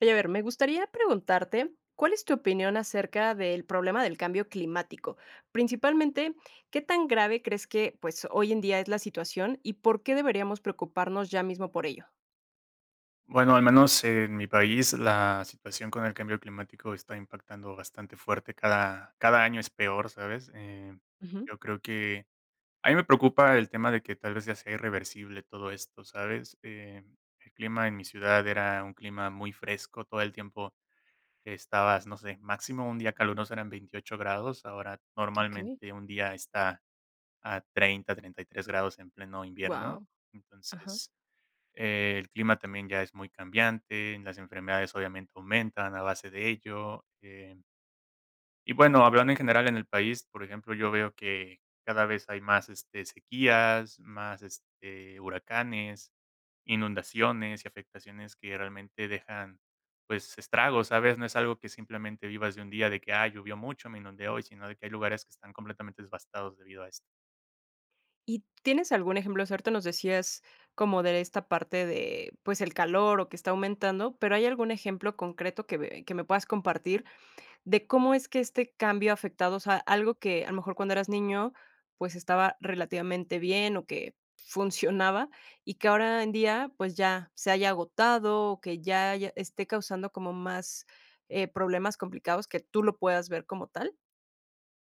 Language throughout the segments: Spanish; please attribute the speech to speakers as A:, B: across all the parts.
A: Oye, a ver, me gustaría preguntarte, ¿cuál es tu opinión acerca del problema del cambio climático? Principalmente, ¿qué tan grave crees que, pues, hoy en día es la situación y por qué deberíamos preocuparnos ya mismo por ello?
B: Bueno, al menos en mi país la situación con el cambio climático está impactando bastante fuerte, cada año es peor, ¿sabes?
A: Ujú.
B: Yo creo que a mí me preocupa el tema de que tal vez ya sea irreversible todo esto, ¿sabes? El clima en mi ciudad era un clima muy fresco, todo el tiempo estabas, no sé, máximo un día caluroso eran 28 grados, ahora
A: Okey,
B: normalmente un día está a 30, 33 grados en pleno invierno.
A: guau, ajá.
B: Entonces el clima también ya es muy cambiante, las enfermedades obviamente aumentan a base de ello. Y bueno, hablando en general en el país, por ejemplo, yo veo que cada vez hay más este, sequías, más este, huracanes, inundaciones y afectaciones que realmente dejan pues estragos, ¿sabes? No es algo que simplemente vivas de un día de que, ah, llovió mucho, me inundé hoy, sino de que hay lugares que están completamente devastados debido a esto.
A: ¿Y tienes algún ejemplo? Cierto, nos decías como de esta parte de, pues, el calor o que está aumentando, pero, ¿hay algún ejemplo concreto que ve que me puedas compartir de cómo es que este cambio ha afectado, o sea, algo que a lo mejor cuando eras niño, pues, estaba relativamente bien o que funcionaba, y que ahora en día, pues, ya se haya agotado o que ya haya esté causando como más, problemas complicados que tú lo puedas ver como tal?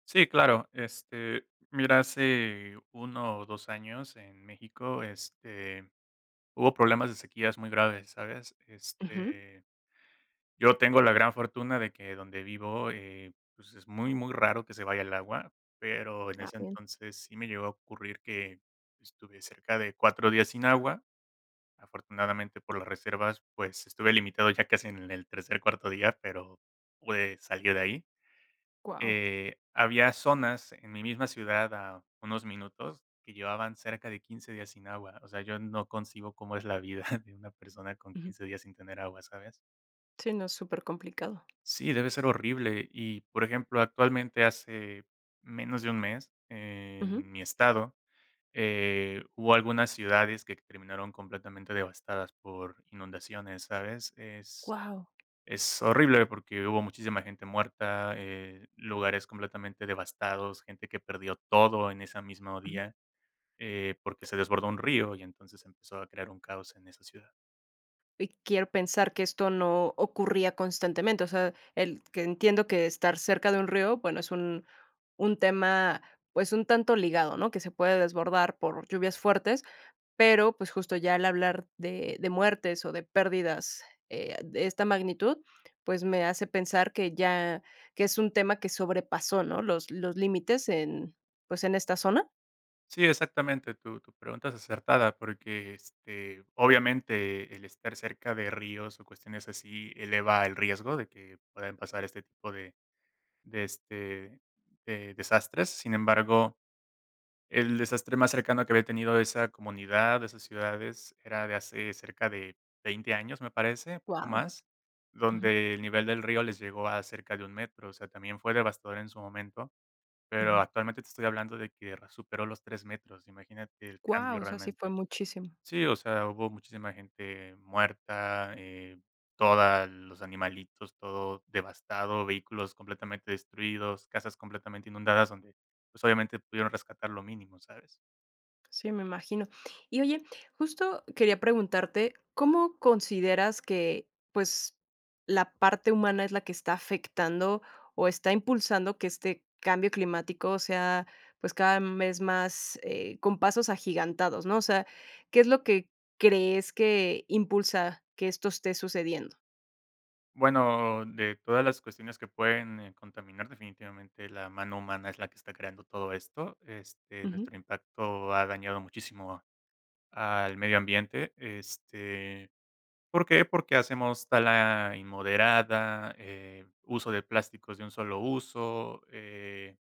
B: Sí, claro. Este, mira, hace uno o 2 años en México, este, hubo problemas de sequías muy graves, ¿sabes?
A: Ujú.
B: Este, yo tengo la gran fortuna de que donde vivo, pues, es muy, muy raro que se vaya el agua, pero en
A: Ah.
B: ese
A: Bien.
B: entonces sí me llegó a ocurrir que estuve cerca de 4 días sin agua. Afortunadamente, por las reservas, pues, estuve limitado ya casi en el tercer, cuarto día, pero pude salir de ahí.
A: Guau.
B: Había zonas en mi misma ciudad a unos minutos que llevaban cerca de 15 días sin agua. O sea, yo no concibo cómo es la vida de una persona con 15 días sin tener agua, ¿sabes?
A: Sí, no, supercomplicado.
B: Sí, debe ser horrible. Y, por ejemplo, actualmente hace menos de un mes
A: Ujú.
B: en mi estado hubo algunas ciudades que terminaron completamente devastadas por inundaciones, ¿sabes? Es
A: Guau.
B: es horrible porque hubo muchísima gente muerta, lugares completamente devastados, gente que perdió todo en ese mismo
A: Ujú.
B: día, porque se desbordó un río y entonces empezó a crear un caos en esa ciudad.
A: Y quiero pensar que esto no ocurría constantemente, o sea, el que entiendo que estar cerca de un río, bueno, es un tema, pues, un tanto ligado, ¿no? Que se puede desbordar por lluvias fuertes, pero, pues, justo ya al hablar de muertes o de pérdidas, de esta magnitud, pues, me hace pensar que ya que es un tema que sobrepasó, ¿no? Los límites en, pues, en esta zona.
B: Sí, exactamente, tu pregunta es acertada porque este, obviamente el estar cerca de ríos o cuestiones así eleva el riesgo de que puedan pasar este tipo este, de desastres. Sin embargo, el desastre más cercano que había tenido esa comunidad, esas ciudades, era de hace cerca de 20 años, me parece,
A: Wow.
B: o más,
A: Wow.
B: donde el nivel del río les llegó a cerca de un metro. O sea, también fue devastador en su momento, pero actualmente te estoy hablando de que superó los 3 metros. Imagínate el cambio
A: O sea, sí fue
B: realmente.
A: muchísimo.
B: Sí, o sea, hubo muchísima gente muerta, todos los animalitos, todo devastado, vehículos completamente destruidos, casas completamente inundadas, donde pues obviamente pudieron rescatar lo mínimo, ¿sabes?
A: Sí, me imagino. Y oye, justo quería preguntarte, ¿cómo consideras que, pues, la parte humana es la que está afectando o está impulsando que este cambio climático sea, pues, cada vez más con pasos agigantados, ¿no? O sea, ¿qué es lo que crees que impulsa que esto esté sucediendo?
B: Bueno, de todas las cuestiones que pueden contaminar, definitivamente la mano humana es la que está creando todo esto. Este,
A: Ujú.
B: nuestro impacto ha dañado muchísimo al medio ambiente. Este, ¿por qué? Porque hacemos tala inmoderada, uso de plásticos de un solo uso.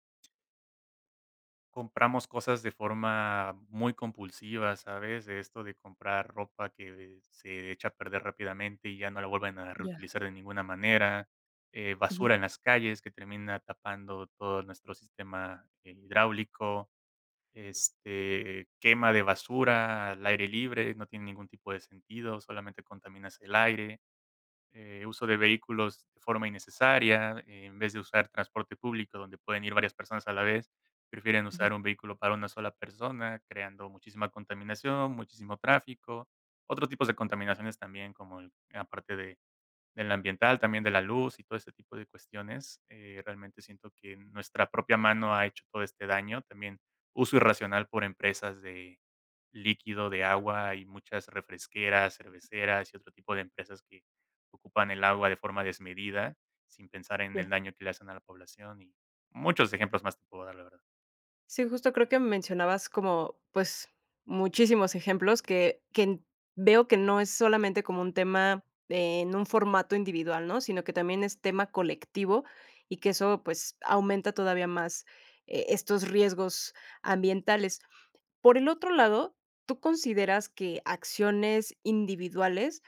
B: Compramos cosas de forma muy compulsiva, ¿sabes? De esto de comprar ropa que se echa a perder rápidamente y ya no la vuelven a
A: Ya.
B: reutilizar de ninguna manera,
A: Ujú.
B: basura en las calles que termina tapando todo nuestro sistema hidráulico, este, quema de basura al aire libre, no tiene ningún tipo de sentido, solamente contaminas el aire. Uso de vehículos de forma innecesaria, en vez de usar transporte público donde pueden ir varias personas a la vez, prefieren
A: Ujú.
B: usar un vehículo para una sola persona, creando muchísima contaminación, muchísimo tráfico, otros tipos de contaminaciones también, como aparte de del ambiental, también de la luz y todo este tipo de cuestiones. Realmente siento que nuestra propia mano ha hecho todo este daño. También uso irracional por empresas de líquido, de agua y muchas refresqueras, cerveceras y otro tipo de empresas que ocupan el agua de forma desmedida sin pensar en
A: Ya.
B: el daño que le hacen a la población y muchos ejemplos más te puedo dar, la verdad.
A: Sí, justo creo que mencionabas como, pues, muchísimos ejemplos que veo que no es solamente como un tema en un formato individual, ¿no? Sino que también es tema colectivo y que eso, pues, aumenta todavía más, estos riesgos ambientales. Por el otro lado, ¿tú consideras que acciones individuales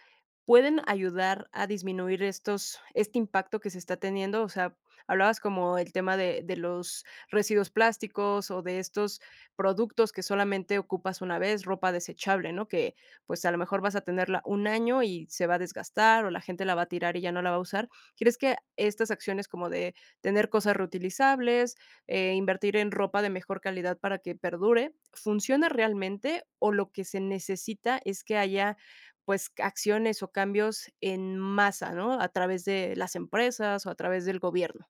A: ¿pueden ayudar a disminuir estos este impacto que se está teniendo? O sea, hablabas como el tema de los residuos plásticos o de estos productos que solamente ocupas una vez, ropa desechable, ¿no? Que, pues, a lo mejor vas a tenerla un año y se va a desgastar, o la gente la va a tirar y ya no la va a usar. ¿Crees que estas acciones como de tener cosas reutilizables, invertir en ropa de mejor calidad para que perdure, funciona realmente, o lo que se necesita es que haya pues, acciones o cambios en masa, ¿no? A través de las empresas o a través del gobierno?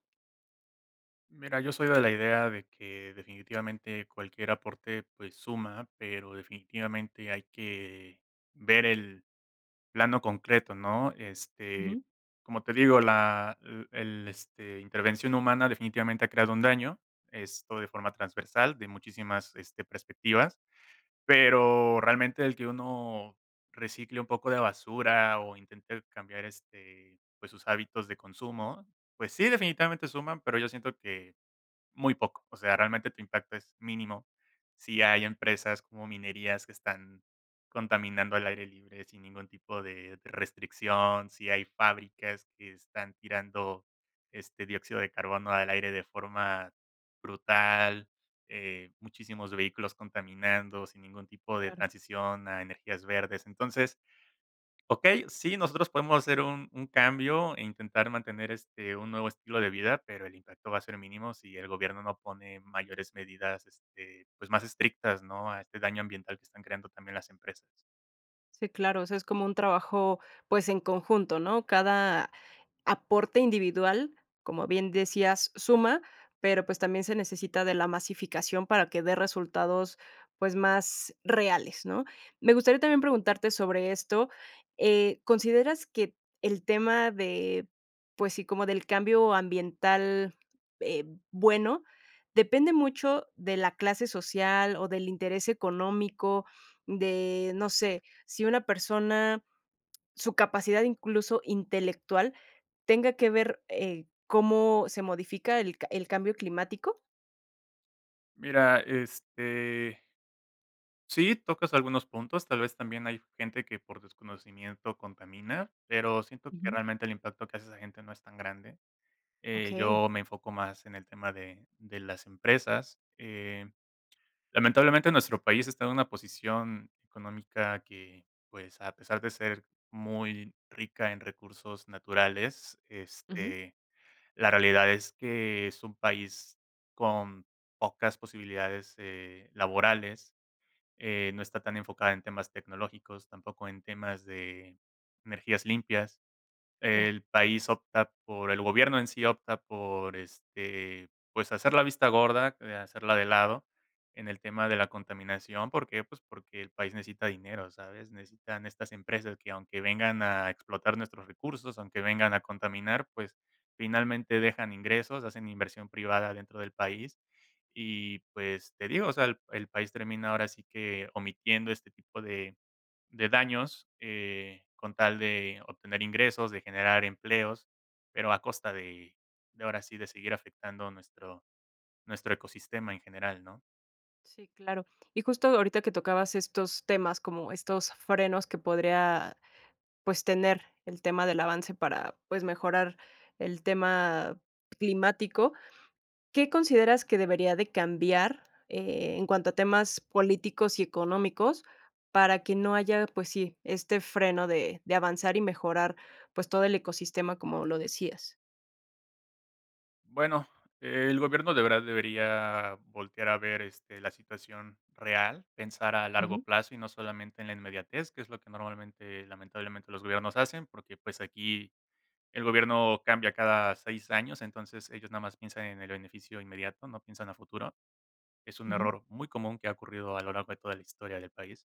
B: Mira, yo soy de la idea de que definitivamente cualquier aporte pues suma, pero definitivamente hay que ver el plano concreto, ¿no? Este,
A: Ujú.
B: como te digo, la intervención humana definitivamente ha creado un daño, esto de forma transversal, de muchísimas, este, perspectivas, pero realmente el que uno recicle un poco de basura o intente cambiar, este, pues, sus hábitos de consumo, pues sí, definitivamente suman, pero yo siento que muy poco, o sea, realmente tu impacto es mínimo. Si hay empresas como minerías que están contaminando al aire libre sin ningún tipo de restricción, si hay fábricas que están tirando, este, dióxido de carbono al aire de forma brutal, muchísimos vehículos contaminando sin ningún tipo de
A: Claro.
B: transición a energías verdes. Entonces, ok, sí, nosotros podemos hacer un cambio e intentar mantener, este, un nuevo estilo de vida, pero el impacto va a ser mínimo si el gobierno no pone mayores medidas, este, pues, más estrictas, ¿no?, a este daño ambiental que están creando también las empresas.
A: Sí, claro, o sea, es como un trabajo, pues, en conjunto, ¿no? Cada aporte individual, como bien decías, suma, pero pues también se necesita de la masificación para que dé resultados pues más reales, ¿no? Me gustaría también preguntarte sobre esto. ¿ ¿Consideras que el tema de, pues sí, como del cambio ambiental eh, bueno, depende mucho de la clase social o del interés económico, de, no sé, si una persona su capacidad, incluso intelectual, tenga que ver, cómo se modifica el ca el cambio climático?
B: Mira, este, sí, tocas algunos puntos, tal vez también hay gente que por desconocimiento contamina, pero siento que
A: Ujú.
B: realmente el impacto que hace esa gente no es tan grande.
A: Okey.
B: Yo me enfoco más en el tema de las empresas. Lamentablemente, nuestro país está en una posición económica que, pues, a pesar de ser muy rica en recursos naturales,
A: Ujú.
B: este, la realidad es que es un país con pocas posibilidades, laborales, no está tan enfocada en temas tecnológicos, tampoco en temas de energías limpias.
A: Ya.
B: El país opta, por el gobierno en sí opta por, este, pues, hacer la vista gorda, hacerla de lado en el tema de la contaminación, ¿por qué? Pues, porque el país necesita dinero, ¿sabes? Necesitan estas empresas que, aunque vengan a explotar nuestros recursos, aunque vengan a contaminar, pues, finalmente dejan ingresos, hacen inversión privada dentro del país y, pues, te digo, o sea, el país termina ahora sí que omitiendo este tipo de daños, con tal de obtener ingresos, de generar empleos, pero a costa de ahora sí, de seguir afectando nuestro ecosistema en general, ¿no?
A: Sí, claro. Y justo ahorita que tocabas estos temas, como estos frenos que podría, pues, tener el tema del avance para, pues, mejorar el tema climático. ¿Qué consideras que debería de cambiar, en cuanto a temas políticos y económicos, para que no haya, pues sí, este freno de avanzar y mejorar, pues, todo el ecosistema, como lo decías?
B: Bueno, el gobierno de verdad debería voltear a ver, este, la situación real, pensar a largo
A: Ujú.
B: plazo y no solamente en la inmediatez, que es lo que normalmente, lamentablemente, los gobiernos hacen, porque, pues, aquí el gobierno cambia cada 6 años, entonces ellos nada más piensan en el beneficio inmediato, no piensan a futuro. Es un
A: Ujú.
B: error muy común que ha ocurrido a lo largo de toda la historia del país.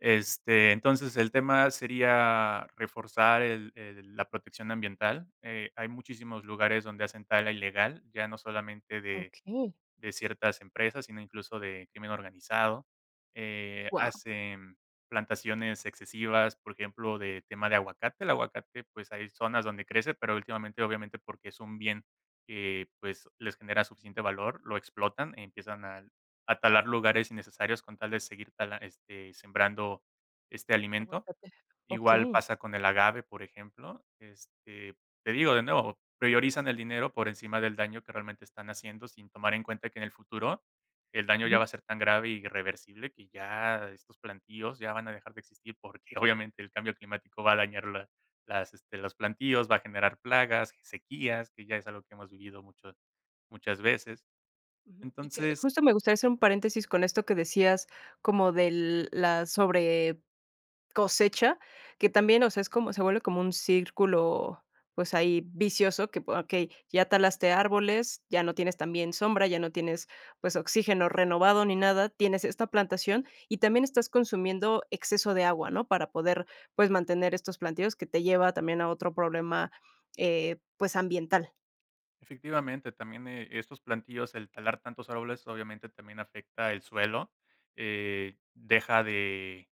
B: Este, entonces, el tema sería reforzar la protección ambiental. Hay muchísimos lugares donde hacen tala ilegal, ya no solamente de
A: Okey,
B: ciertas empresas, sino incluso de crimen organizado.
A: guau,
B: Hacen plantaciones excesivas, por ejemplo, de tema de aguacate. El aguacate, pues hay zonas donde crece, pero últimamente, obviamente, porque es un bien que pues les genera suficiente valor, lo explotan y empiezan a talar lugares innecesarios con tal de seguir este, sembrando este alimento.
A: aguacate.
B: Igual
A: Okey,
B: pasa con el agave, por ejemplo, este, te digo de nuevo, priorizan el dinero por encima del daño que realmente están haciendo, sin tomar en cuenta que en el futuro el daño ya
A: ujú,
B: va a ser tan grave y irreversible que ya estos plantíos ya van a dejar de existir, porque obviamente el cambio climático va a dañar la las, este, los plantíos, va a generar plagas, sequías, que ya es algo que hemos vivido mucho muchas veces.
A: ujú. Y que
B: Entonces,
A: justo me gustaría hacer un paréntesis con esto que decías como del la sobre cosecha, que también, o sea, es como se vuelve como un círculo, pues, ahí vicioso que, okey, ya talaste árboles, ya no tienes también sombra, ya no tienes, pues, oxígeno renovado ni nada, tienes esta plantación y también estás consumiendo exceso de agua, ¿no? Para poder, pues, mantener estos plantíos que te lleva también a otro problema, pues, ambiental.
B: efectivamente, también, estos plantíos, el talar tantos árboles, obviamente, también afecta el suelo, deja de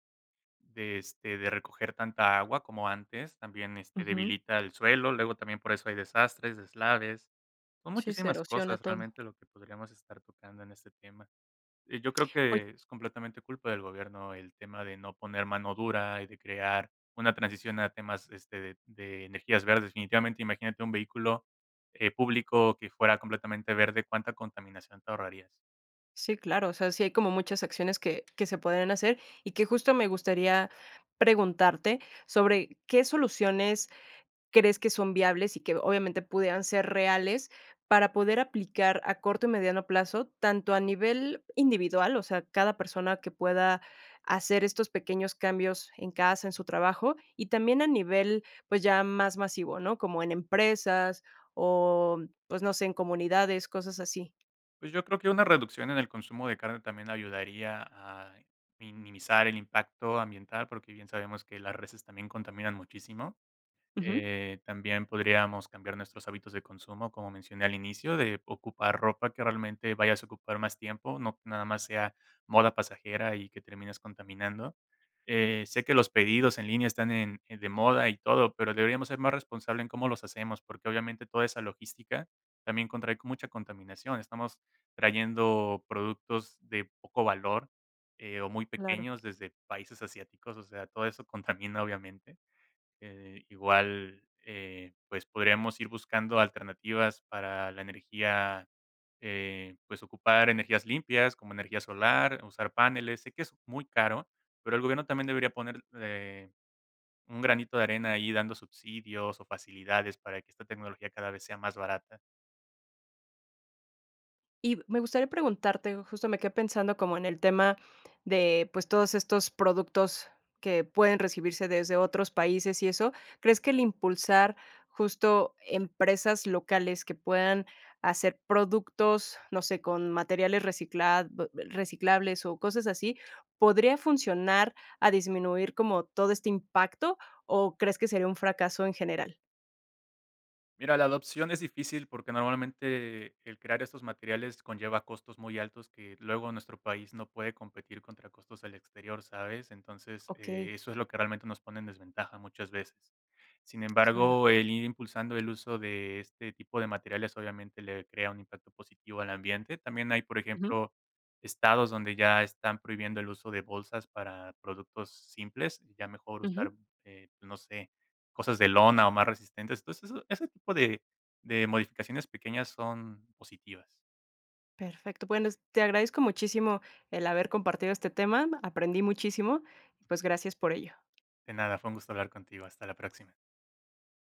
B: de, este, de recoger tanta agua como antes, también, este,
A: Ujú.
B: debilita el suelo, luego también por eso hay desastres, deslaves, son
A: Sí, se
B: muchísimas
A: erosiona
B: cosas
A: todo.
B: realmente lo que podríamos estar tocando en este tema. Yo creo
A: Oy.
B: que es completamente culpa del gobierno el tema de no poner mano dura y de crear una transición a temas, este, de energías verdes. Definitivamente, imagínate un vehículo, público que fuera completamente verde, ¿cuánta contaminación te ahorrarías?
A: Sí, claro, o sea, sí hay como muchas acciones que se pueden hacer y que justo me gustaría preguntarte sobre qué soluciones crees que son viables y que obviamente pudieran ser reales para poder aplicar a corto y mediano plazo, tanto a nivel individual, o sea, cada persona que pueda hacer estos pequeños cambios en casa, en su trabajo, y también a nivel pues ya más masivo, ¿no? Como en empresas o pues no sé, en comunidades, cosas así.
B: Pues, yo creo que una reducción en el consumo de carne también ayudaría a minimizar el impacto ambiental, porque bien sabemos que las reses también contaminan muchísimo.
A: Ujú.
B: También podríamos cambiar nuestros hábitos de consumo, como mencioné al inicio, de ocupar ropa que realmente vayas a ocupar más tiempo, no que nada más sea moda pasajera y que termines contaminando. Sé que los pedidos en línea están de moda y todo, pero deberíamos ser más responsables en cómo los hacemos, porque obviamente toda esa logística también contrae con mucha contaminación. Estamos trayendo productos de poco valor, o muy
A: Claro.
B: pequeños desde países asiáticos, o sea, todo eso contamina obviamente. Igual, pues, podríamos ir buscando alternativas para la energía, pues, ocupar energías limpias, como energía solar, usar paneles. Sé que es muy caro, pero el gobierno también debería poner, un granito de arena ahí dando subsidios o facilidades para que esta tecnología cada vez sea más barata.
A: Y me gustaría preguntarte, justo me quedé pensando como en el tema de, pues, todos estos productos que pueden recibirse desde otros países y eso, ¿crees que el impulsar justo empresas locales que puedan hacer productos, no sé, con materiales recicla- reciclables o cosas así, podría funcionar a disminuir como todo este impacto o crees que sería un fracaso en general?
B: Mira, la adopción es difícil porque normalmente el crear estos materiales conlleva costos muy altos que luego nuestro país no puede competir contra costos del exterior, ¿sabes? Entonces,
A: Ok,
B: eso es lo que realmente nos pone en desventaja muchas veces. Sin
A: claro.
B: embargo, el ir impulsando el uso de este tipo de materiales obviamente le crea un impacto positivo al ambiente. También hay, por
A: Ujú,
B: ejemplo, estados donde ya están prohibiendo el uso de bolsas para productos simples, ya mejor
A: ujú.
B: usar, pues, no sé, cosas de lona o más resistentes. Entonces, eso ese tipo de modificaciones pequeñas son positivas.
A: Perfecto. Bueno, es te agradezco muchísimo el haber compartido este tema, aprendí muchísimo, pues gracias por ello.
B: De nada, fue un gusto hablar contigo. Hasta la próxima.